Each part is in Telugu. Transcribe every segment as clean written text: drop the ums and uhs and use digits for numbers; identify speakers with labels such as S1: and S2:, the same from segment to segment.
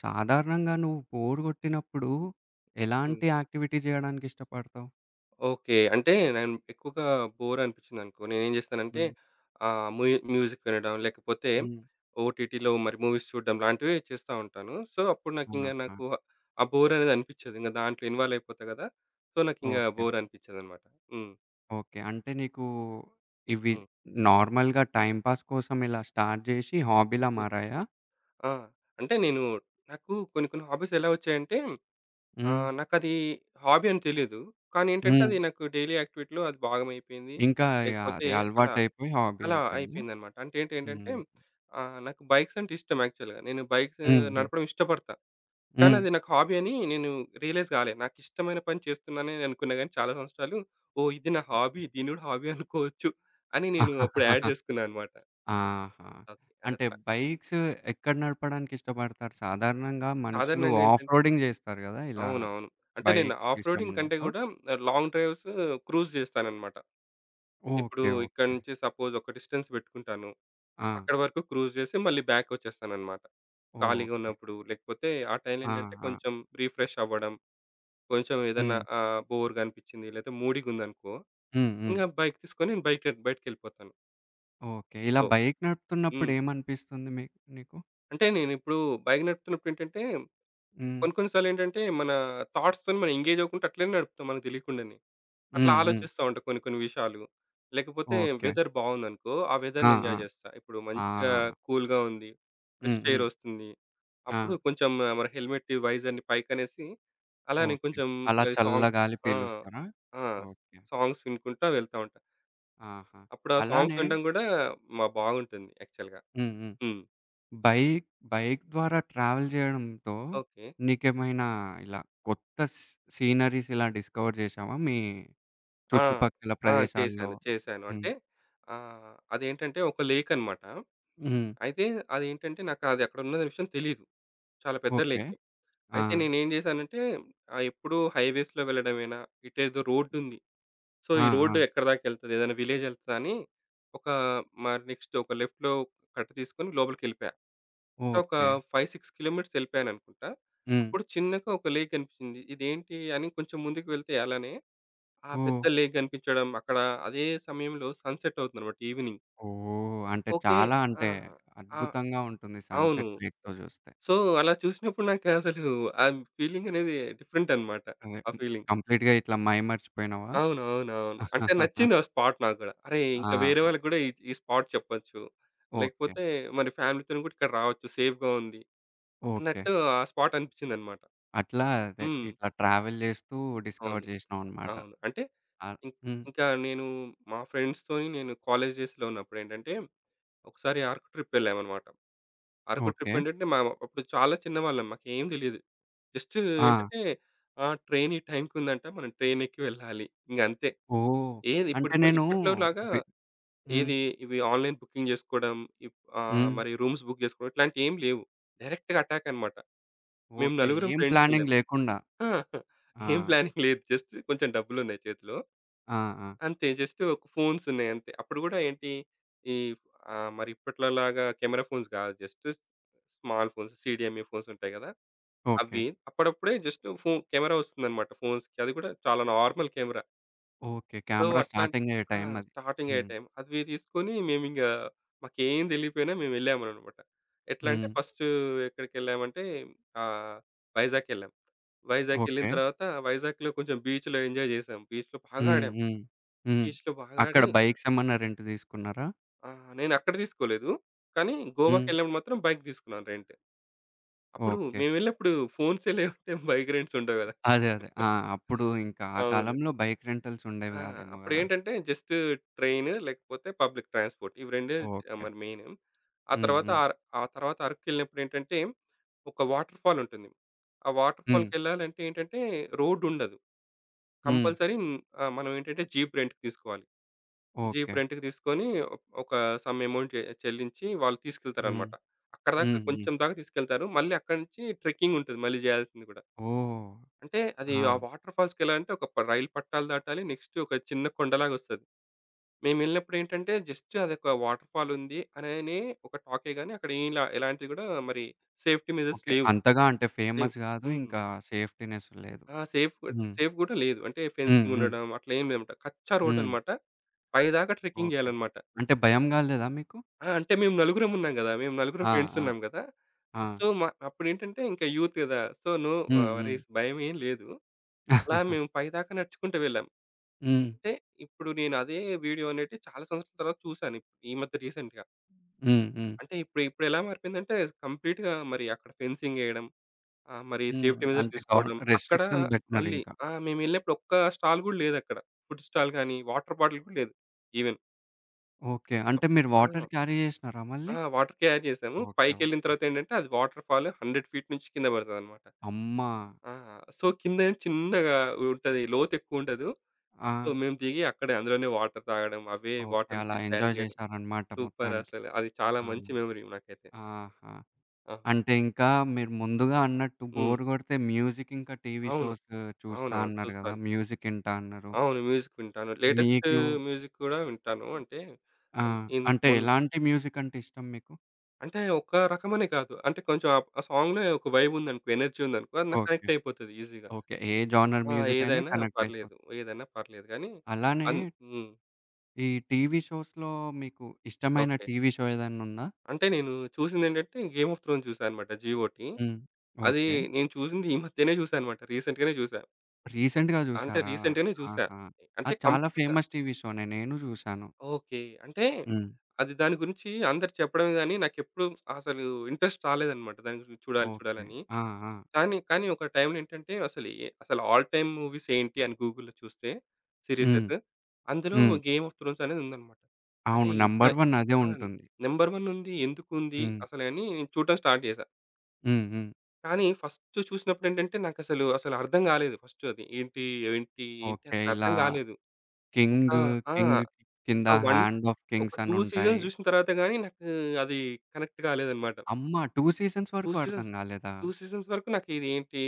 S1: సాధారణంగా నువ్వు బోర్ గొట్టినప్పుడు
S2: హ్మ్.
S1: ఎలాంటి యాక్టివిటీ జేయడానికి ఇష్టపడతావు?
S2: ఓకే. అంటే నేను ఎక్కువగా బోర్ అనిపించిందనుకో, నేనేం చేస్తానంటే
S1: హ్మ్.
S2: ఆహ్, మ్యూ మ్యూజిక్ వినడం, లేకపోతే
S1: హ్మ్.
S2: ఓటీటీలో మరి మూవీస్ చూడడం లాంటివి చేస్తా ఉంటాను. సో, అప్పుడు
S1: ఆహా!
S2: నాకు ఆ బోర్ అనేది అనిపించదు. ఇంక దాంట్లో ఇన్వాల్వ్ అయిపోతా కదా! సో, నాకింక
S1: ఓకే.
S2: బోర్ అనిపించదనమాట. హ్మ్.
S1: ఓకే. అంటే నీకు ఇవి
S2: హ్మ్.
S1: నార్మల్‌గా టైమ్ పాస్ కోసం ఇలా స్టార్ట్ జేసి హాబీలా
S2: ఓకే.
S1: మారాయా?
S2: ఆ! అంటే నాకు కొన్ని కొన్ని హాబీస్ ఎలా వచ్చాయంటే
S1: హ్మ్.
S2: నాకది హాబీ అని తెలీదు. కానీ ఏంటంటే
S1: హ్మ్.
S2: అది నాకు డైలీ యాక్టివిటీలో అది భాగమైపోయింది.
S1: ఇంకా ఇగ
S2: లేకపోతే
S1: అది
S2: అలా
S1: అలవాటయిపోయి హాబీ
S2: అలా
S1: అయిపోయిందా?
S2: అయిపోయిందనమాట. అంటే ఏంటంటే
S1: హ్మ్.
S2: నాకు బైక్స్ అంటే ఇష్టం యాక్చువల్‌గా. నేను బైక్స్
S1: హ్మ్. హ్మ్.
S2: నడపడం ఇష్టపడతా. కానీ
S1: హ్మ్.
S2: అది నాకు హాబీ అని నేను రియలైజ్ గాలే. నాకు ఇష్టమైన పని చేస్తున్నానే అనుకున్నా గాని చాలా సంవత్సరాలు ఓహ్! ఇది నా
S1: ఓకే.
S2: హాబీ. దీన్ని గూడా హాబీ అనుకోవచ్చు అని నేను అప్పుడు యాడ్ జేసుకున్నా అనమాట.
S1: ఆహా!
S2: ఓకే.
S1: అంటే
S2: అట్లా.
S1: బైక్స్ ఎక్కడ నడపడానికి ఇష్టపడతారు? సాధారణంగా మనుషులు
S2: సాధారణంగా
S1: ఆఫ్
S2: ఏంటంటే
S1: రోడింగ్ జేస్తారు గదా! ఇలా
S2: అవునవును. అంటే నేను
S1: బైక్స్
S2: ఆఫ్
S1: ఇష్టం
S2: రోడింగ్ కంటే
S1: ఉన్నప్పుడు.
S2: గూడా లాంగ్ డ్రైవ్స్ క్రూజ్ జేస్తాననమాట. ఇప్పుడు
S1: ఓకే.
S2: ఇక్కడి
S1: ఓకే.
S2: నుంచి సపోజ్ ఒక డిస్టెన్స్ బెట్టుకుంటాను.
S1: ఆ!
S2: అక్కడి వరకు క్రూజ్ చేసి మళ్ళీ బ్యాకొచ్చేస్తాననమాట. ఖాళీగా
S1: ఓకే.
S2: ఉన్నప్పుడు లేకపోతే ఆ టైంలో
S1: ఆ!
S2: ఏంటంటే
S1: ఆ!
S2: కొంచెం రిఫ్రెష్ అవ్వడం, కొంచెం ఏదన్నా
S1: హ్మ్.
S2: బోర్‌గా అనిపిచ్చింది లేతే మూడీగుందనుకో,
S1: హ్మ్. హ్మ్.
S2: ఇంగా బైక్ తీసుకొని నేను బయటికెళ్ళిపోతాను.
S1: ఓకే. ఇలా
S2: సో
S1: బైక్ నడుపుతున్నప్పుడు
S2: హ్మ్.
S1: ఏమనిపిస్తుంది నీకు?
S2: అంటే నేనిప్పుడు బైక్ నడుపుతున్నప్పుడేంటంటే
S1: హ్మ్.
S2: కొన్ని కొన్ని సార్లేంటంటే మన థాట్స్‌తోని మనం ఎంగేజ్ అవ్వకుండా అట్లనే నడుపుతాం మనకు తెలియకుండానే. అట్లా
S1: హ్మ్. హ్మ్.
S2: ఆలోచిస్తా ఉంటా కొన్ని కొన్ని విషయాలు. లేకపోతే
S1: ఓకే.
S2: వెదర్ బావుందనుకో, ఆ
S1: ఆ!
S2: వెదర్‌ని
S1: ఆ!
S2: ఎంజాయ్ జేస్తా. ఇప్పుడు
S1: ఆ!
S2: మంచిగా కూల్‌గా ఉంది. ఫ్రెష్
S1: హ్మ్. హ్మ్.
S2: ఎయిర్ ఒస్తుంది. అప్పుడు
S1: ఆ!
S2: కొంచెం మన హెల్మెట్, వైజర్‌ని పైకనేసి అలానే
S1: ఓకే.
S2: కొంచెం
S1: అలా
S2: మరి సాంగ్స్
S1: చల్లగాలి
S2: ఆ!
S1: పీలుస్తారా?
S2: ఆ!
S1: ఓకే.
S2: సాంగ్స్ వినుకుంటా వెళ్తా ఉంటా.
S1: ఆహా!
S2: అప్పుడు ఆ సాంగ్స్
S1: అలానే
S2: వినడం గూడా మా బాగుంటుంది యాక్చువల్‌గా.
S1: హ్మ్. హ్మ్.
S2: హ్మ్.
S1: బైక్ బైక్ ద్వారా ట్రావెల్ జేయడంతో
S2: ఓకే.
S1: నీకేమైనా ఇలా కొత్త స్ సీనరీస్ ఇలా డిస్కవర్ జేశావా? మీ
S2: ఆ!
S1: చుట్టుపక్కల
S2: ఆ!
S1: ప్రదేశాల్లో?
S2: చేశాను. చేశాను.
S1: హ్మ్.
S2: అంటే అదేంటంటే ఒక లేక్ అన్నమాట.
S1: హ్మ్.
S2: అయితే అదేంటంటే నాకు అది అక్కడ ఉన్నది విషయం తెలీదు. చాలా పెద్ద
S1: ఓకే.
S2: లేక్.
S1: ఆ!
S2: అయితే నేనేం జేశానంటే ఎప్పుడూ హైవేస్‌లో వెళ్ళడమేనా? ఇటేదో రోడ్డుంది. సో,
S1: ఆ!
S2: ఈ
S1: ఆ!
S2: రోడ్డు ఎక్కడి దాకెళ్తది? ఏదైనా విలేజ్ ఎళ్తదా అని ఒక మా నెక్స్ట్ ఒక లెఫ్ట్‌లో కట్ తీసుకొని లోపలికెళ్ళిపోయా. ఒక
S1: ఓకే.
S2: 5, 6 కిలోమీటర్స్ ఎళ్ళిపోయాననుకుంటా.
S1: హ్మ్.
S2: అప్పుడు చిన్నగా ఒక లేక్ కనిపించింది. ఇదేంటి అని కొంచెం ముందుకు వెళ్తే అలానే ఆ
S1: ఓహ్!
S2: పెద్ద లేక్ కనిపించడం, అక్కడ అదే సమయంలో సన్‌సెట్ అవుతుందనమాట ఈవినింగ్.
S1: ఓహ్! అంటే
S2: ఓకే.
S1: చాలా
S2: ఆ!
S1: అంటే
S2: ఆ!
S1: అద్భుతంగా ఉంటుంది
S2: అవును.
S1: సన్‌సెట్ లేక్‌తో జూస్తే.
S2: సో, అలా చూసినప్పుడు నాకు అసలు ఆ ఫీలింగనేది డిఫరెంట్ అనమాట.
S1: అదే
S2: ఆ
S1: హ్మ్.
S2: ఫీలింగ్.
S1: కంప్లీట్‌గా ఇట్లా మైమర్చిపోయినావా?
S2: అవును. అవును. అవును. అంటే
S1: ఆహాహాహా.
S2: నచ్చింది ఆ స్పాట్ నాకు గూడా. అరే! ఇంకా వేరే
S1: ఆహా!
S2: వాళ్ళకి గూడా ఈ ఈ స్పాట్ చెప్పొచ్చు.
S1: ఓకే.
S2: లేకపోతే మరి ఫ్యామిలీతోని గూడా ఇక్కడ రావచ్చు. సేఫ్‌గా ఉంది
S1: ఓకే.
S2: అన్నట్టు ఆ స్పాట్ అనిపించిందన్నమాట.
S1: అట్లా అదే
S2: హ్మ్.
S1: ఇట్లా ట్రావెల్ జేస్తూ
S2: అవును.
S1: డిస్కవర్ జేసినావనమాట.
S2: అవును. అంటే
S1: ఆ!
S2: ఇం
S1: హ్మ్.
S2: ఇంకా నేను మా ఫ్రెండ్స్‌తోని నేను కాలేజ్ డేస్‌లో ఉన్నప్పుడేంటంటే ఒకసారి అరకు ట్రిప్ వెళ్ళామన్నమాట. అరకు
S1: ఓకే.
S2: ట్రిప్ ఏంటంటే మా అప్పుడు చాలా చిన్నవాళ్ళం. మాకేం తెలీదు. జస్ట్
S1: ఆ!
S2: ఏంటంటే ఆ ట్రైన్ ఈ టైంకి ఉందంట. మనం ట్రైన్ ఎక్కి వెళ్ళాలి. ఇంగంతే.
S1: ఓహ్!
S2: ఏది ఇప్పుడు
S1: అంటే నేను
S2: ఇప్పట్లో లాగా
S1: బె హ్మ్.
S2: ఏది ఇవి ఆన్‌లైన్ బుకింగ్ జేసుకోవడం, ఇప్
S1: హ్మ్.
S2: మరి రూమ్స్ బుక్ జేసుకోవడం ఇట్లాంటియేం లేవు. డైరెక్ట్‌గా అటాక్ అన్నమాట. మేము
S1: ఓకే.
S2: నలుగురం
S1: ఏం
S2: ఫ్రెండ్స్ ఎళ్ళాం.
S1: ప్లానింగ్ లేకుండా.
S2: ఆ! ఏం
S1: ఆ!
S2: ప్లానింగ్ లేదు. జస్ట్ కొంచెం డబ్బులున్నాయి చేతిలో.
S1: ఆ! ఆ!
S2: అంతే జస్ట్ ఒక ఫోన్స్ ఉన్నాయి అంతే. అప్పుడు గూడా ఏంటి ఈ మరి ఇప్పట్లోలాగా కెమెరా ఫోన్స్ గాదు. Just small phones CDMA phones ఉంటాయి గదా!
S1: ఓకే.
S2: అవి అప్పుడప్పుడే జస్ట్ కెమెరా వస్తుందన్నమాట ఫోన్స్‌కి. అది గూడా చాలా normal camera.
S1: Okay.
S2: So,
S1: camera
S2: అట్లాంటి
S1: స్టార్టింగ్ అయ్యే
S2: ఆ!
S1: టైం అది.
S2: స్టార్టింగ్ అయ్యే
S1: హ్మ్.
S2: టైం. అవి తీసుకొని మాకేం తెలియపోయినా మేమెళ్ళామనమాట. ఎట్లా అంటే
S1: హ్మ్.
S2: ఫస్ట్ ఎక్కడికెళ్ళామంటే ఆహ్, వైజాగెళ్ళాం. వైజాగెళ్ళిన
S1: ఓకే.
S2: తర్వాత వైజాగ్‌లో కొంచెం బీచ్‌లో ఎంజాయ్ చేసాం. బీచ్‌లో బాగా
S1: హ్మ్.
S2: ఆడాం.
S1: హ్మ్. హ్మ్.
S2: బీచ్‌లో బాగా
S1: అక్కడ
S2: ఆడి
S1: బైక్స్ ఏమన్నా రెంట్ తీసుకున్నారా?
S2: నేనక్కడ తీసుకోలేదు. కానీ
S1: హ్మ్.
S2: గోవాకెళ్ళినప్పుడు మాత్రం బైక్ తీసుకున్నాను రెంట్. అప్పుడు
S1: ఓకే.
S2: మేము వెళ్ళినప్పుడు ఫోన్సే లేవు. బైక్ రెంట్స్ ఉండవు కదా!
S1: అదే. ఆ! అప్పుడు ఇంకా ఆ
S2: అవును.
S1: కాలంలో బైక్ రెంటల్స్ ఉండేవి
S2: ఆ!
S1: కాదేమో కదా!
S2: అప్పుడేంటంటే జస్ట్ ట్రైన్ లేకపోతే పబ్లిక్ ట్రాన్స్‌పోర్ట్. ఇవి రెండే
S1: ఓకే.
S2: మరి మెయిన్. ఆ
S1: హ్మ్.
S2: తర్వాత
S1: హ్మ్.
S2: ఆర్ ఆ తర్వాత అరక్కెళ్ళినప్పుడేంటంటే ఒక వాటర్ ఫాల్ ఉంటుంది. ఆ వాటర్
S1: హ్మ్.
S2: ఫాల్‌కెళ్ళాలంటే ఏంటంటే రోడ్ ఉండదు.
S1: హ్మ్.
S2: కంపల్సరీ మనం ఏంటంటే జీప్ రెంట్‌కి తీసుకోవాలి.
S1: ఓకే.
S2: జీప్ రెంట్‌కి తీసుకొని ఒక అమౌంట్ చెల్లించి వాళ్ళు
S1: హ్మ్.
S2: తీసుకెళ్తారనమాట. అక్కడిదాకా
S1: హ్మ్. హ్మ్.
S2: కొంచెం దాకా తీసుకెళ్తారు. మళ్ళీ అక్కడి నుంచి ట్రెక్కింగ్ ఉంటుంది మళ్ళీ చేయాల్సింది కూడా.
S1: ఓహ్!
S2: అంటే అది
S1: ఆ!
S2: ఆ వాటర్ ఫాల్స్‌కెళ్ళాలంటే రైలు పట్టాలు దాటాలి. నెక్స్ట్ ఒక చిన్న కొండలాగొస్తది. మేమెళ్ళినప్పుడేంటంటే, జస్ట్ అదొక వాటర్ ఫాల్ ఉంది అనని ఒక టాకే గాని, అక్కడ ఏం లా ఎలాంటిది గూడా మరి సేఫ్టీ మెజర్స్
S1: ఓకే.
S2: లేవు.
S1: అంతగా అంటే
S2: లేవు.
S1: ఫేమస్ గాదు.
S2: హ్మ్.
S1: ఇంకా సేఫ్టీనెస్ లేదు.
S2: ఆ! సేఫ్
S1: హ్మ్.
S2: సేఫ్ గూడా లేదు. అంటే
S1: హ్మ్.
S2: ఫెన్సింగ్
S1: హ్మ్.
S2: ఉండడం అట్లా ఏం లేదనమాట. కచ్చా
S1: హ్మ్.
S2: రోడ్డనమాట. పైదాకా ట్రెక్కింగ్
S1: ఓకే.
S2: జేయాలనమాట.
S1: అంటే భయం గాలేదా మీకు?
S2: ఆ! అంటే మేము నలుగురం ఉన్నాం గదా! మేము నలుగురం
S1: ఆ!
S2: ఫ్రెండ్స్
S1: ఆ!
S2: ఉన్నాం గదా!
S1: ఆ!
S2: సో, మా అప్పుడేంటంటే ఇంకా యూత్ గదా! సో, నో
S1: హ్మ్. హ్మ్.
S2: వరీస్ భయమేం లేదు. అలా మేము పైదాకా నడుచుకుంటూ వెళ్ళాం.
S1: హ్మ్.
S2: అంటే ఇప్పుడు నేను అదే వీడియో అనేటివి చాలా సంవత్సరాల తర్వాత చూసాను. ఇప్పుడు ఈ మధ్య రీసెంట్‌గా.
S1: హ్మ్. హ్మ్.
S2: అంటే ఇప్పుడెలా మారిపోయిందంటే కంప్లీట్‌గా మరి అక్కడ ఫెన్సింగ్ ఎయడం. మరి
S1: హ్మ్.
S2: సేఫ్టీ మెజర్స్
S1: అంటే
S2: తీసుకోవడం. అక్కడ
S1: రెస్ట్రిక్షన్స్
S2: మళ్ళీ
S1: బెట్టినారింకా.
S2: ఆ! మేమెళ్ళినప్పుడు ఒక్క స్టాల్ గూడా లేదక్కడ. ఫుడ్ స్టాల్ గానీ, వాటర్ బాటిల్ కూడా లేదు ఈవెన్.
S1: ఓకే. అంటే మీరు
S2: ఆ!
S1: వాటర్ క్యారీ జేసినారా మళ్ళీ?
S2: ఆ! వాటర్ క్యారీ చేసాము.
S1: ఓకే.
S2: పైకెళ్ళిన
S1: ఓకే.
S2: తర్వాతేంటంటే అది వాటర్ ఫాల్ 100 ఫీట్ నుంచి కింద పడతదనమాట.
S1: అమ్మ!
S2: ఆ! సో, కింద ఏం చిన్నగా ఉంటది. లోతెక్కువుండదు.
S1: ఆ!
S2: సో, మేము దిగి అక్కడే అందులోనే వాటర్ తాగడం, అవే
S1: ఓకే.
S2: వాటర్‌ని
S1: అలా
S2: తీసి క్యారీ
S1: ఎంజాయ్
S2: చేయడం.
S1: జేశారన్నమాట
S2: సూపర్
S1: మొత్తానికి.
S2: అసలు. అది చాలా
S1: ఆ!
S2: మంచి మెమరీ నాకైతే.
S1: ఆహా!
S2: ఆ!
S1: అంటే ఇంకా మీరు ముందుగా అన్నట్టు
S2: హ్మ్.
S1: బోర్ గొడితే మ్యూజిక్ ఇంకా టీవీ
S2: అవును.
S1: షోస్ చూస్తా
S2: అవునవును.
S1: అన్నారు గదా!
S2: చూస్తాను.
S1: మ్యూజిక్ ఇంటా అన్నారు.
S2: అవును. మ్యూజిక్ వింటాను. లేటెస్ట్
S1: మీకు
S2: మ్యూజిక్ కూడా వింటాను. అంటే
S1: ఆ!
S2: ఇన్
S1: అంటే
S2: మొన్
S1: ఎలాంటి మ్యూజిక్ అంటే ఇష్టం మీకు?
S2: అంటే ఒక రకమనే కాదు. అంటే కొంచెం ఆ ఆ సాంగ్‌లో ఒక వైబ్ ఉందనుకో, ఎనర్జీ ఉందనుకో, అది నాకు
S1: ఓకే.
S2: కనెక్ట్ అయిపోతది ఈజీగా.
S1: ఓకే. ఏ జానర్
S2: ఆ!
S1: మ్యూజిక్ అయినా
S2: ఏదైనా
S1: కనెక్ట్ అయిపోతుంది.
S2: పర్లేదు. ఏదైనా పర్లేదు గానీ
S1: అలానే
S2: అన్ హ్మ్.
S1: ఈ టీవీ షోస్‌లో మీకు ఇష్టమైన
S2: ఓకే.
S1: TV show ఏదన్నుందా?
S2: అంటే నేను చూసిందేంటంటే 'గేమ్ ఆఫ్ థ్రోన్' చూసా అనమాట జియోటి.
S1: హ్మ్.
S2: అది
S1: ఓకే.
S2: నేను చూసింది ఈ మధ్యనే చూసా అనమాట. రీసెంట్‌గానే చూసా.
S1: రీసెంట్‌గా
S2: అంటే
S1: జూసారా?
S2: రీసెంట్‌గానే చూసా.
S1: ఆహా!
S2: అంటే
S1: అది చాలా
S2: కంప్లీట్
S1: ఫేమస్ టీవీ షోనే. నేను జూశాను.
S2: ఓకే. అంటే
S1: హ్మ్.
S2: అది దాని గురించి అందరూ చెప్పడమే గాని, నాకెప్పుడు అసలు ఇంట్రెస్ట్ రాలేదన్నమాట. దాని గురించి చూడాలి
S1: ఓకే.
S2: చూడాలని.
S1: ఆ! ఆ!
S2: కానీ, కానీ ఒక టైమ్‌లో ఏంటంటే అసలు ఆల్ టైమ్ మూవీస్ ఏంటి అని గూగుల్‌లో చూస్తే
S1: హ్మ్.
S2: సీరీసెస్ అందులో
S1: హ్మ్.
S2: 'గేమ్ ఆఫ్ థ్రోన్స్' అనేది ఉందన్నమాట. అరే!
S1: అవును.
S2: ఇంత
S1: నంబర్ 1 అదే
S2: ఆ!
S1: ఉంటుంది.
S2: నంబర్ 1 ఉంది. ఎందుకుంది
S1: హ్మ్.
S2: అసలు అని నేను చూడటం స్టార్ట్ చేశా.
S1: హ్మ్. హ్మ్.
S2: కానీ ఫస్ట్ చూసినప్పుడు ఏంటంటే నాకసలు అసలు అసలు అర్థం కాలేదు ఫస్ట్ అది. ఏంటి?
S1: ఓకే.
S2: అసలు
S1: ఇలా
S2: అర్థం కాలేదు. ఒక
S1: కింగ్,
S2: ఆ!
S1: కింగ్ కింద
S2: ఒక 1
S1: హ్యాండ్ ఆఫ్
S2: ఒక
S1: కింగ్స్
S2: 2 సీజన్స్
S1: అనుంటాయి.
S2: జూసిన తర్వాత గాని నాకు అది కనెక్ట్ కాలేదన్నమాట.
S1: అమ్మ! 2 సీజన్స్
S2: 2
S1: వరకు అర్థం
S2: సీజన్స్
S1: కాలేదా?
S2: 2 సీజన్స్ వరకు నాకు ఇదేంటి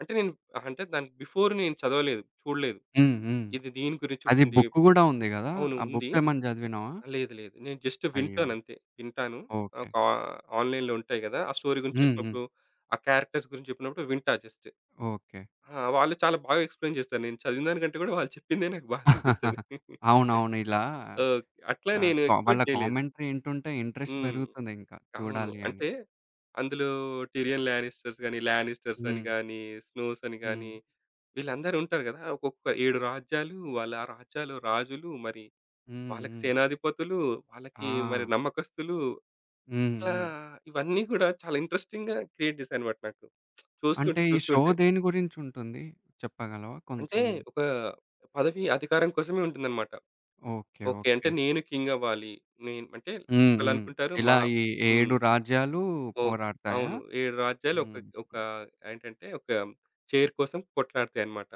S2: అంటే నేను అంటే దానికి బిఫోర్ నేను చదవలేదు. చూడలేదు.
S1: హ్మ్. హ్మ్.
S2: ఇది దీని గురించి
S1: అది
S2: ఉంటుంది.
S1: బుక్ గూడా ఉంది గదా!
S2: అవును
S1: ఆ
S2: ఉంది.
S1: బుక్ ఏమన్నా చదివినావా?
S2: లేదు లేదు. నేను జస్ట్
S1: అయ్యో!
S2: వింటానంతే. వింటాను.
S1: ఓకే.
S2: ఒక ఆ ఆన్‌లైన్‌లో ఉంటాయి గదా! ఆ స్టోరీ గురించి
S1: హ్మ్. హ్మ్.
S2: చెప్పినప్పుడు, ఆ క్యారెక్టర్స్ గురించి చెప్పినప్పుడు వింటా జస్ట్.
S1: ఓకే.
S2: ఆ! వాళ్ళు చాలా బాగా ఎక్స్‌ప్లెయిన్ చేస్తారు. నేను చదివిన దానికంటే గూడా వాళ్ళు చెప్పిందే నాకు బాగా అనిపిస్తది.
S1: అవునవును. ఇలా
S2: ఓకే. అట్లా
S1: ఆహ్,
S2: నేను
S1: కా వాళ్ళ
S2: ఎక్స్‌పెక్ట్ జేయలేదు.
S1: కామెంటరీ ఇంటుంటే ఇంట్రెస్ట్
S2: హ్మ్.
S1: పెరుగుతుందింకా
S2: అవును.
S1: చూడాలి అని.
S2: అంటే అందులో టిరియన్ లానిస్టర్స్ గాని, లానిస్టర్స్ అని
S1: హ్మ్.
S2: గాని, స్నోస్ అని
S1: హ్మ్.
S2: గాని వీళ్ళందరూ ఉంటారు గదా! ఒక్కొక్క 7 రాజ్యాలు, వాళ్ళ ఆ రాజ్యాల రాజులు, మరి
S1: హ్మ్.
S2: వాళ్ళకి
S1: హ్మ్.
S2: సేనాధిపతులు, వాళ్ళకి మరి
S1: ఆ!
S2: నమ్మకస్తులు
S1: హ్మ్.
S2: ఇట్లా
S1: హ్మ్.
S2: ఇవన్నీ గూడా చాలా ఇంట్రెస్టింగ్‌గా క్రియేట్ చేశాయన్నమాట నాకు.
S1: అంటే
S2: చూస్తుంటే,
S1: ఈ షో
S2: చూస్తుంటే.
S1: దేని గురించుంటుంది? చెప్పగలవా
S2: అంటే
S1: కొంచెం?
S2: ఒక పదవి, అధికారం కోసమే ఉంటుందన్నమాట.
S1: ఓకే.
S2: ఓకే.
S1: ఓకే.
S2: అంటే నేను కింగ్ అవ్వాలి. నేను అంటే
S1: హ్మ్. హ్మ్.
S2: ఒకళ్ళనుకుంటారు
S1: ఇలా
S2: మా
S1: ఈ
S2: హ్మ్.
S1: 7 రాజ్యాలు
S2: ఓ
S1: పోరాడతాయా?
S2: అవును. 7 రాజ్యాలు ఒక
S1: హ్మ్.
S2: ఒక
S1: హ్మ్.
S2: ఏంటంటే ఒక చైర్ కోసం కొట్లాడతాయన్నమాట.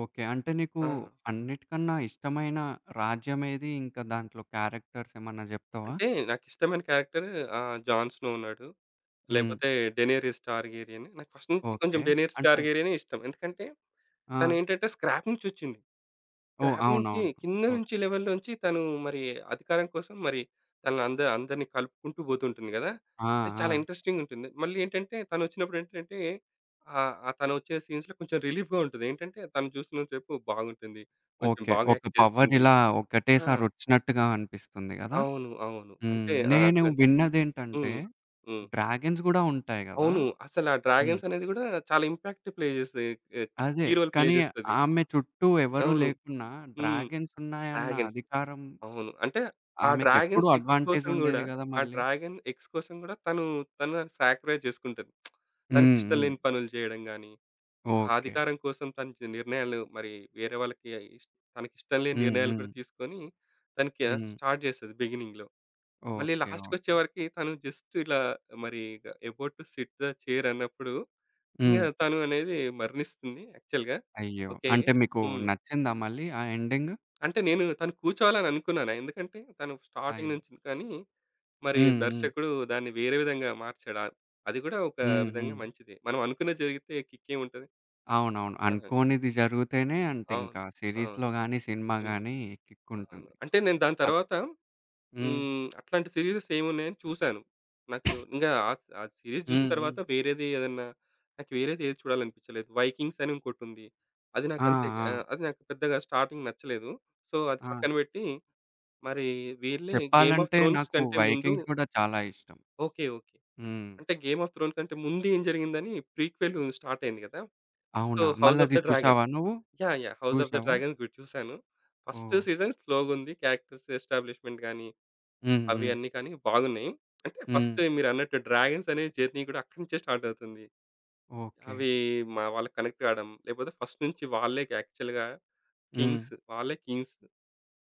S1: ఓకే. అంటే నీకు
S2: ఆ!
S1: అన్నిటికన్నా ఇష్టమైన రాజ్యం ఏది? ఇంకా దాంట్లో క్యారెక్టర్స్ ఏమన్నా జెప్తావా?
S2: అంటే నాకిష్టమైన క్యారెక్టర్ 'జాన్ స్నో' ఉన్నాడు.
S1: హ్మ్.
S2: లేకపోతే 'డెనేరిస్ టార్గేరియన్.' నాకు ఫస్ట్ నుంచి కొంచెం
S1: ఓకే.
S2: 'డెనేరిస్
S1: అంటే
S2: టార్గేరియనే' ఇష్టం. ఎందుకంటే
S1: ఆ!
S2: తనేంటంటే స్క్రాప్ నుంచొచ్చింది.
S1: ఓహ్!
S2: స్క్రాప్ నుంచి
S1: అవునవును.
S2: కింద నుంచి
S1: ఓకే.
S2: లెవెల్ నుంచి తను మరి అధికారం కోసం మరి తనని అంద అందరిని కలుపుకుంటూ పోతుంటుంది కదా!
S1: ఆ!
S2: అది
S1: ఆ!
S2: చాలా ఇంట్రెస్టింగ్ ఉంటుంది. మళ్ళీ ఏంటంటే తనొచ్చినప్పుడు ఏంటంటే ఆహ్, ఆహ్, తనొచ్చే సీన్స్‌లో కొంచెం రిలీఫ్‌గా ఉంటుంది. ఏంటంటే తను చూసినంత సేపు బాగుంటుంది. కొంచెం
S1: ఓకే.
S2: బాగా
S1: ఒక
S2: యాక్ట్
S1: పవర్
S2: చేస్తుంది.
S1: ఇలా
S2: ఆ!
S1: ఒకటేసారి వచ్చినట్టుగా అనిపిస్తుంది గదా!
S2: అవును. అవును.
S1: హ్మ్.
S2: అంటే ఆహ్,
S1: నేను
S2: తన్
S1: విన్నదేంటంటే
S2: హ్మ్. హ్మ్.
S1: డ్రాగన్స్ గూడా ఉంటాయి గదా!
S2: అవును. అసలు ఆ
S1: హ్మ్.
S2: డ్రాగన్స్ అనేది గూడా చాలా ఇంపాక్ట్ ప్లే చేస్తాయి. ఎ
S1: అదే.
S2: కీ రోల్ ప్లే
S1: కానీ
S2: చేస్తది.
S1: ఆమె చుట్టూ ఎవరు
S2: అవును.
S1: లేకున్నా
S2: హ్మ్.
S1: డ్రాగన్స్ ఉన్నాయన్న
S2: డ్రాగన్.
S1: అధికారం
S2: అవును. అంటే ఆ
S1: ఆమెకెప్పుడూ
S2: డ్రాగన్స్ ఎగ్స్
S1: అడ్వాంటేజ్
S2: కోసం గూడా,
S1: ఉండేది గదా!
S2: ఆ
S1: మళ్ళీ.
S2: డ్రాగన్ ఎగ్స్ కోసం గూడా తను, తను సాక్రిఫైస్ చేసుకుంటది.
S1: హ్మ్.
S2: తనకిష్టం
S1: హ్మ్.
S2: లేని పనులు చేయడం గాని, ఆ
S1: ఓకే.
S2: అధికారం కోసం తన చే నిర్ణయాలు మరి వేరే వాళ్ళకి ఇష్ తనకిష్టం లేని
S1: హ్మ్.
S2: నిర్ణయాలు
S1: హ్మ్.
S2: కూడా తీసుకొని, తనకి
S1: హ్మ్.
S2: స్టార్ట్ చేస్తది బిగినింగ్‌లో. మళ్ళీ
S1: ఓకే. ఓకే.
S2: లాస్ట్‌కొచ్చేవరకి తను జస్ట్ ఇలా మరి ఇగ about to sit the chair అన్నప్పుడు, ఇంగ
S1: హ్మ్.
S2: తను అనేది మరణిస్తుంది యాక్చువల్‌గా.
S1: అయ్యో!
S2: ఓకే.
S1: అంటే మీకు
S2: హ్మ్.
S1: నచ్చిందా మళ్ళీ ఆ ఎండింగ్?
S2: అంటే నేను తను కూర్చోవాలని అనుకున్నాను. ఎందుకంటే తను స్టార్టింగ్
S1: అయ్యో!
S2: నుంచి కానీ మరి
S1: హ్మ్. హ్మ్.
S2: దర్శకుడు దాన్ని వేరే విధంగా మార్చాడు. అది కూడా ఒక
S1: హ్మ్.
S2: విధంగా
S1: హ్మ్.
S2: మంచిదే. మనం అనుకున్నది జరిగితే కిక్కేముంటది.
S1: అవునవును.
S2: ఆ!
S1: అనుకోనిది జరిగితేనే అంటే
S2: అవును.
S1: ఇంకా
S2: అవును.
S1: సీరీస్‌లో గాని, సినిమా
S2: హ్మ్.
S1: గాని
S2: అవును.
S1: కిక్కుంటుంది.
S2: అంటే నేను దాని
S1: అది.
S2: తర్వాత
S1: హ్మ్.
S2: హ్మ్. అట్లాంటి సీరీసెస్ ఏమున్నాయని చూసాను. నాకు ఇంగా ఆ సీరీస్ చూసిన
S1: హ్మ్. హ్మ్.
S2: తర్వాత వేరేది ఏదన్నా నాకు వేరేది ఏది చూడాలనిపించలేదు. 'వైకింగ్స్' అని ఇంకోటుంది.
S1: ఆ! ఆ!
S2: అది నాకు పెద్దగా స్టార్టింగ్ నచ్చలేదు. సో, అది
S1: ఆ!
S2: పక్కన పెట్టి మరి వీళ్ళే 'గేమ్ ఆఫ్
S1: చెప్పాలంటే
S2: థ్రోన్స్'
S1: నాకు
S2: కంటే ముందు
S1: 'వైకింగ్స్' గూడా చాలా ఇష్టం.
S2: ఓకే. ఓకే.
S1: హ్మ్.
S2: అంటే 'గేమ్ ఆఫ్ థ్రోన్' కంటే ముందు ఏం జరిగిందని ప్రీక్వెల్ స్టార్ట్ అయింది కదా! సో,
S1: అవునా?
S2: 'హౌస్ ఆఫ్
S1: మళ్ళది
S2: ద డ్రాగన్'
S1: చూసావా నువ్వు?
S2: Yeah! Yeah! 'House of the
S1: చూసావా?
S2: డ్రాగన్' కూడా చూసాను. First
S1: oh!
S2: సీజన్ స్లోగుంది. క్యారెక్టర్స్ ఎస్టాబ్లిష్‌మెంట్ గాని,
S1: హ్మ్.
S2: అవి
S1: హ్మ్.
S2: అన్నీ కానీ బాగున్నాయి. అంటే
S1: హ్మ్.
S2: ఫస్ట్ మీరన్నట్టు డ్రాగన్స్ అనే జర్నీ కూడా అక్కడి నుంచే స్టార్ట్ అవుతుంది.
S1: ఓకే.
S2: అవి మా వాళ్ళకి కనెక్ట్ కావడం, లేకపోతే ఫస్ట్ నుంచి వాళ్ళే యాక్చువల్‌గా
S1: హ్మ్.
S2: వాళ్ళే కింగ్స్.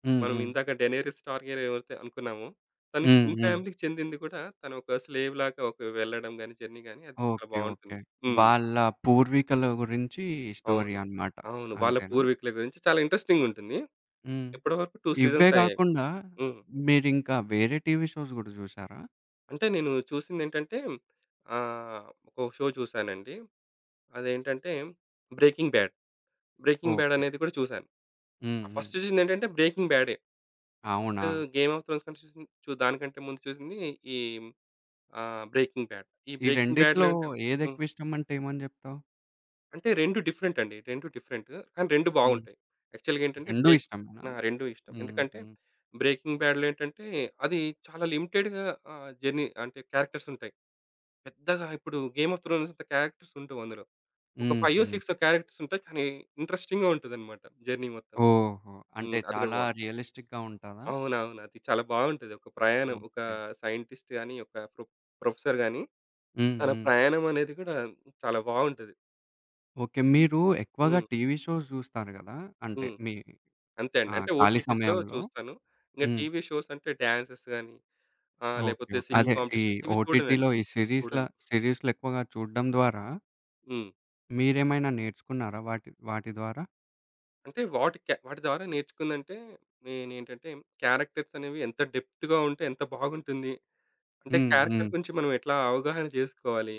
S1: హ్మ్.
S2: మనం
S1: హ్మ్.
S2: ఇందాక 'డెనేరిస్ టార్గెయన్' ఎవరైతే అనుకున్నామో, తను
S1: హ్మ్.
S2: కింగ్
S1: హ్మ్.
S2: ఫ్యామిలీకి చెందింది కూడా తను ఒక స్లేవ్ లాగా ఒక వెళ్ళడం గాని, జర్నీ గాని అది చాలా
S1: ఓకే. ఓకే.
S2: బావుంటుంది. హ్మ్.
S1: వాళ్ళ పూర్వీకుల గురించి స్టోరీ
S2: అవును.
S1: అన్నమాట.
S2: అవును. వాళ్ళ
S1: అంతేనా?
S2: పూర్వీకుల గురించి చాలా ఇంట్రెస్టింగ్ ఉంటుంది.
S1: హ్మ్.
S2: ఇప్పటివరకు 2
S1: ఇవ్వే
S2: సీజన్స్ అయ్యాయి.
S1: గాకుండా
S2: హ్మ్.
S1: మీరింకా వేరే టీవీ షోస్ గూడా జూసారా?
S2: అంటే నేను చూసిందేంటంటే ఆహ్, ఒక షో చూసానండి. అదేంటంటే 'breaking bad.' 'Breaking bad'
S1: okay.
S2: అనేది కూడా చూసాను.
S1: హ్మ్. హ్మ్.
S2: ఫస్ట్ చూసిందేంటంటే 'బ్రేకింగ్ బ్యాడే.' ఫస్ట్
S1: అవునా?
S2: 'గేమ్ ఆఫ్ థ్రోన్స్' కంటే చూసింది చు దానికంటే ముందు చూసింది ఈ ఆ! 'Breaking bad.' ఈ
S1: ఈ
S2: 'బ్రేకింగ్
S1: రెండిట్లో
S2: బ్యాడ్‌లో' ఏంటం హ్మ్.
S1: ఏదెక్కువిష్టం అంటే ఏమని జెప్తావు?
S2: అంటే 2 డిఫరెంట్ అండి. 2 డిఫరెంట్. కానీ 2
S1: హ్మ్.
S2: బాగుంటాయి. యాక్చువల్‌గా ఏంటంటే
S1: 2
S2: బ్రేక్
S1: ఇష్టమేనా?
S2: ఆ! 2 ఇష్టం. ఎందుకంటే
S1: హుహు.
S2: 'బ్రేకింగ్ బ్యాడ్‌లో' ఏంటంటే అది చాలా లిమిటెడ్‌గా ఆహ్, జర్నీ అంటే క్యారెక్టర్స్ ఉంటాయి. పెద్దగా ఇప్పుడు 'గేమ్ ఆఫ్ థ్రోన్స్' అంత క్యారెక్టర్స్ ఉండవు అందులో. ఒక 5,
S1: హుహు.
S2: 6 క్యారెక్టర్స్ ఉంటాయి. కానీ ఇంట్రెస్టింగ్‌గా ఉంటదన్నమాట జర్నీ మొత్తం.
S1: ఓహో! అంటే
S2: హ్మ్. అది కూడా
S1: చాలా
S2: బాగుంటది.
S1: రియలిస్టిక్‌గా ఉంటదా?
S2: అవునవును. అది చాలా బాగుంటది. ఒక ప్రయాణం ఒక
S1: ఓకే.
S2: సైంటిస్ట్ గాని, ఒక ప్రొ ప్రొఫెసర్ గాని
S1: హ్మ్.
S2: తన
S1: హ్మ్.
S2: ప్రయాణం అనేది కూడా చాలా బాగుంటది.
S1: ఓకే. మీరు ఎక్కువగా
S2: హ్మ్.
S1: టీవీ షోస్ జూస్తారు గదా! అంటే
S2: హ్మ్.
S1: మీ
S2: అంతే అండి. అంటే
S1: ఖాళీ
S2: ఓటీటీస్‌లో
S1: సమయంలో.
S2: చూస్తాను. ఇంక
S1: హ్మ్.
S2: టీవీ షోస్ అంటే డాన్సెస్ గాని,
S1: ఓకే.
S2: లేపోతే
S1: ఓకే. అదే
S2: సింగింగ్
S1: ఈ
S2: కాంపిటీషన్స్ ఇవి
S1: ఓటీటీలో
S2: చూడనండి.
S1: ఈ
S2: ఇవి చూడను.
S1: సిరీస్‌లు ఎక్కువగా చూడడం ద్వారా
S2: హ్మ్.
S1: మీరేమైనా నేర్చుకున్నారా వాటి వాటి ద్వారా?
S2: అంటే వాటి ద్వారా నేర్చుకుందంటే నేనేంటంటే క్యారెక్టర్స్ అనేవి ఎంత డెప్త్‌గా ఉంటే ఎంత బాగుంటుంది. అంటే
S1: హ్మ్.
S2: క్యారెక్టర్
S1: హ్మ్.
S2: గురించి మనం ఎట్లా అవగాహన చేసుకోవాలి.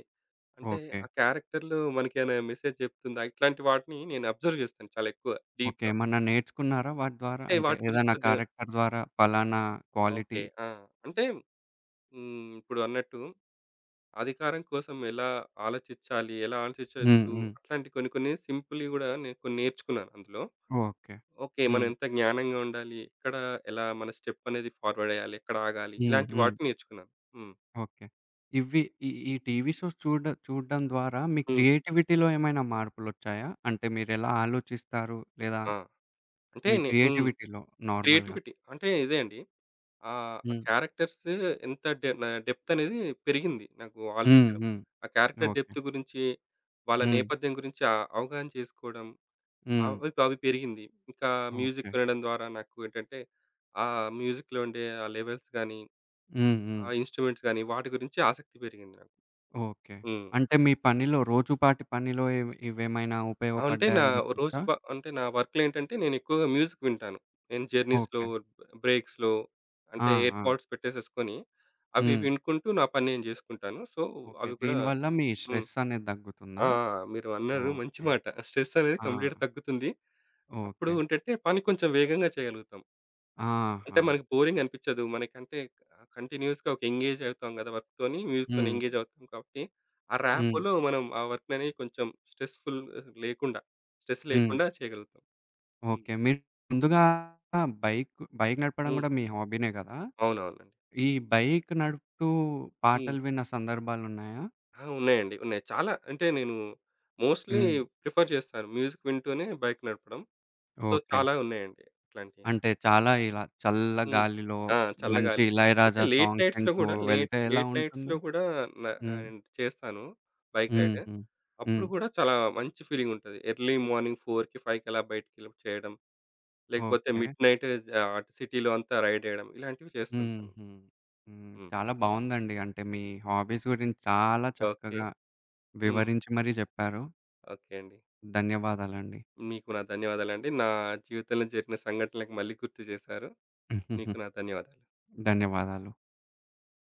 S2: అంటే
S1: ఓకే.
S2: ఆ క్యారెక్టర్‌లో మనకేమైనా మెసేజ్ చెప్తుందా? ఇట్లాంటి వాటిని నేను అబ్జర్వ్ చేస్తాను చాలా ఎక్కువ
S1: ఓకే.
S2: డీప్‌గా.
S1: ఏమన్నా నేర్చుకున్నారా వాటి ద్వారా?
S2: అంటే
S1: అంటే
S2: వాటి గురించి
S1: ఏదైనా
S2: కొద్దిగా
S1: క్యారెక్టర్ ద్వారా పలానా క్వాలిటీ
S2: ఓకే. ఆ! అంటే హ్మ్. ఇప్పుడు అన్నట్టు అధికారం కోసం ఎలా ఆలోచించాలి? ఎలా
S1: హ్మ్.
S2: ఆలోచించొద్దు?
S1: హ్మ్.
S2: అట్లాంటి కొన్ని కొన్ని సింపుల్‌వి గూడా నేను కొన్ని నేర్చుకున్నాను అందులో.
S1: ఓకే.
S2: ఓకే. మనం
S1: హ్మ్.
S2: ఎంత జ్ఞానంగా ఉండాలి? ఎక్కడ ఎలా మన స్టెప్ అనేది ఫార్వర్డ్ ఎయ్యాలి? ఎక్కడ ఆగాలి?
S1: హ్మ్.
S2: ఇలాంటి
S1: హ్మ్.
S2: వాటిని నేర్చుకున్నాను. హ్మ్.
S1: ఓకే. ఇవి ఈ ఈ టీవీ షోస్ చూడడం ద్వారా మీ
S2: హ్మ్.
S1: క్రియేటివిటీలో ఏమైనా మార్పులొచ్చాయా? అంటే మీరెలా ఆలోచిస్తారు? లేదా
S2: ఆ! అంటే
S1: మీ
S2: నే హ్మ్.
S1: క్రియేటివిటీలో నార్మల్‌గా?
S2: క్రియేటివిటీ అంటే ఇదే అండి. ఆహ్, ఆ
S1: హ్మ్.
S2: క్యారెక్టర్స్ ఎంత డె నా డెప్త్ అనేది పెరిగింది నాకు
S1: హ్మ్.
S2: ఆలోచించడం.
S1: హ్మ్.
S2: ఆ క్యారెక్టర్
S1: ఓకే.
S2: డెప్త్ గురించి, వాళ్ళ
S1: హ్మ్.
S2: నేపథ్యం గురించి అవగాహన చేసుకోవడం.
S1: హ్మ్.
S2: అవి అవి పెరిగింది. ఇంకా
S1: ఓకే.
S2: మ్యూజిక్ వినడం ద్వారా నాకు ఏంటంటే, ఆ మ్యూజిక్‌లో ఉండే ఆ లెవెల్స్ గాని,
S1: హ్మ్. హ్మ్.
S2: ఆ ఇన్‌స్ట్రుమెంట్స్ గాని వాటి గురించి ఆసక్తి పెరిగింది నాకు.
S1: ఓకే.
S2: హ్మ్.
S1: అంటే మీ పనిలో రోజుపాటి పనిలో ఇవేమైనా
S2: అంటే నా
S1: ఉపయోగపడ్డాయని
S2: రోజు
S1: జెప్పొచ్చా?
S2: బ అంటే నా వర్క్‌లో ఏంటంటే నేను ఎక్కువగా మ్యూజిక్ వింటాను. నేను జర్నీస్‌లో,
S1: ఓకే.
S2: బ్రేక్స్‌లో
S1: ఆ!
S2: అంటే ఎయిర్
S1: ఆ!
S2: పోడ్స్ పెట్టేసేసుకొని అవి
S1: హ్మ్.
S2: వినుకుంటూ నా పని నేను జేసుకుంటాను. So,
S1: okay.
S2: అవి కూడా
S1: దీనివల్ల మీ
S2: హ్మ్.
S1: స్ట్రెస్ అనేది దగ్గుతుందా?
S2: ఆ! మీరు అన్నారు మంచి
S1: ఓకే.
S2: మాట. స్ట్రెస్ అనేది
S1: ఆ!
S2: కంప్లీట్‌గా తగ్గుతుంది. అప్పుడు
S1: ఓకే.
S2: ఏంటంటే పని కొంచెం వేగంగా చేయగలుగుతాం.
S1: ఆహా!
S2: అంటే మనకి బోరింగ్ అనిపించదు. మనకంటే కంటిన్యూయస్‌గా ఒక ఎంగేజ్ అవుతాం కదా! వర్క్‌తోని, మ్యూజిక్‌తోని
S1: హ్మ్.
S2: ఎంగేజ్ అవుతాం కాబట్టి, ఆ
S1: హ్మ్.
S2: ర్యాప్‌లో మనం ఆ వర్క్‌ననేది కొంచెం స్ట్రెస్‌ఫుల్ లేకుండా, స్ట్రెస్
S1: హ్మ్.
S2: లేకుండా చేయగలుగుతాం. హ్మ్.
S1: ఓకే. మీరు ముందుగా బైక్ బైక్ నడపడం
S2: హ్మ్.
S1: గూడా మీ హాబీనే గదా!
S2: అవునవునండి.
S1: ఈ బైక్ నడుపుతూ
S2: హ్మ్.
S1: పాటలు విన్న సందర్భాలున్నాయా?
S2: ఆ! ఉన్నాయండి. ఉన్నాయి. చాలా అంటే నేను మోస్ట్‌లీ
S1: హ్మ్.
S2: ప్రిఫర్ చేస్తాను. మ్యూజిక్ వింటూనే బైక్ నడపడం. So,
S1: okay.
S2: చాలా ఉన్నాయండి ఇట్లాంటియి.
S1: అంటే చాలా ఇలా చల్ల
S2: హ్మ్.
S1: గాలిలో
S2: ఆ!
S1: మంచి
S2: చల్లగాలి. అంటే
S1: 'ఇళయరాజా' సాంగ్స్ వింటూ వెళ్తే ఎలా
S2: లేట్
S1: ఉంటుంది?
S2: నైట్స్‌లో గూడా న
S1: హ్మ్.
S2: ఆహ్, చేస్తాను బైక్ రైడ్.
S1: హుహు. హ్మ్.
S2: అప్పుడు గూడా చాలా మంచి ఫీలింగుంటది. ఎర్లీ మార్నింగ్ 4కి, 5కి అలా బయటికెళ్ళి చేేయడం. లేకపోతే
S1: ఓకే.
S2: మిడ్‌నైట్ అటు సిటీలో అంతా రైడ్ చేయడం. ఇలాంటివి చేస్తుంటాను.
S1: హుహు. హ్మ్.
S2: హ్మ్.
S1: చాలా బావుందండి. అంటే మీ హాబీస్ గురించి చాలా
S2: ఓకే.
S1: చక్కగా
S2: హ్మ్.
S1: వివరించి మరీ జెప్పారు.
S2: ఓకే అండి.
S1: ధన్యవాదాలండి.
S2: మీకు నా ధన్యవాదాలండి. నా జీవితంలో జరిగిన సంఘటనలకు మళ్ళీ గుర్తు చేశారు. మీకు నా ధన్యవాదాలు.
S1: ధన్యవాదాలు.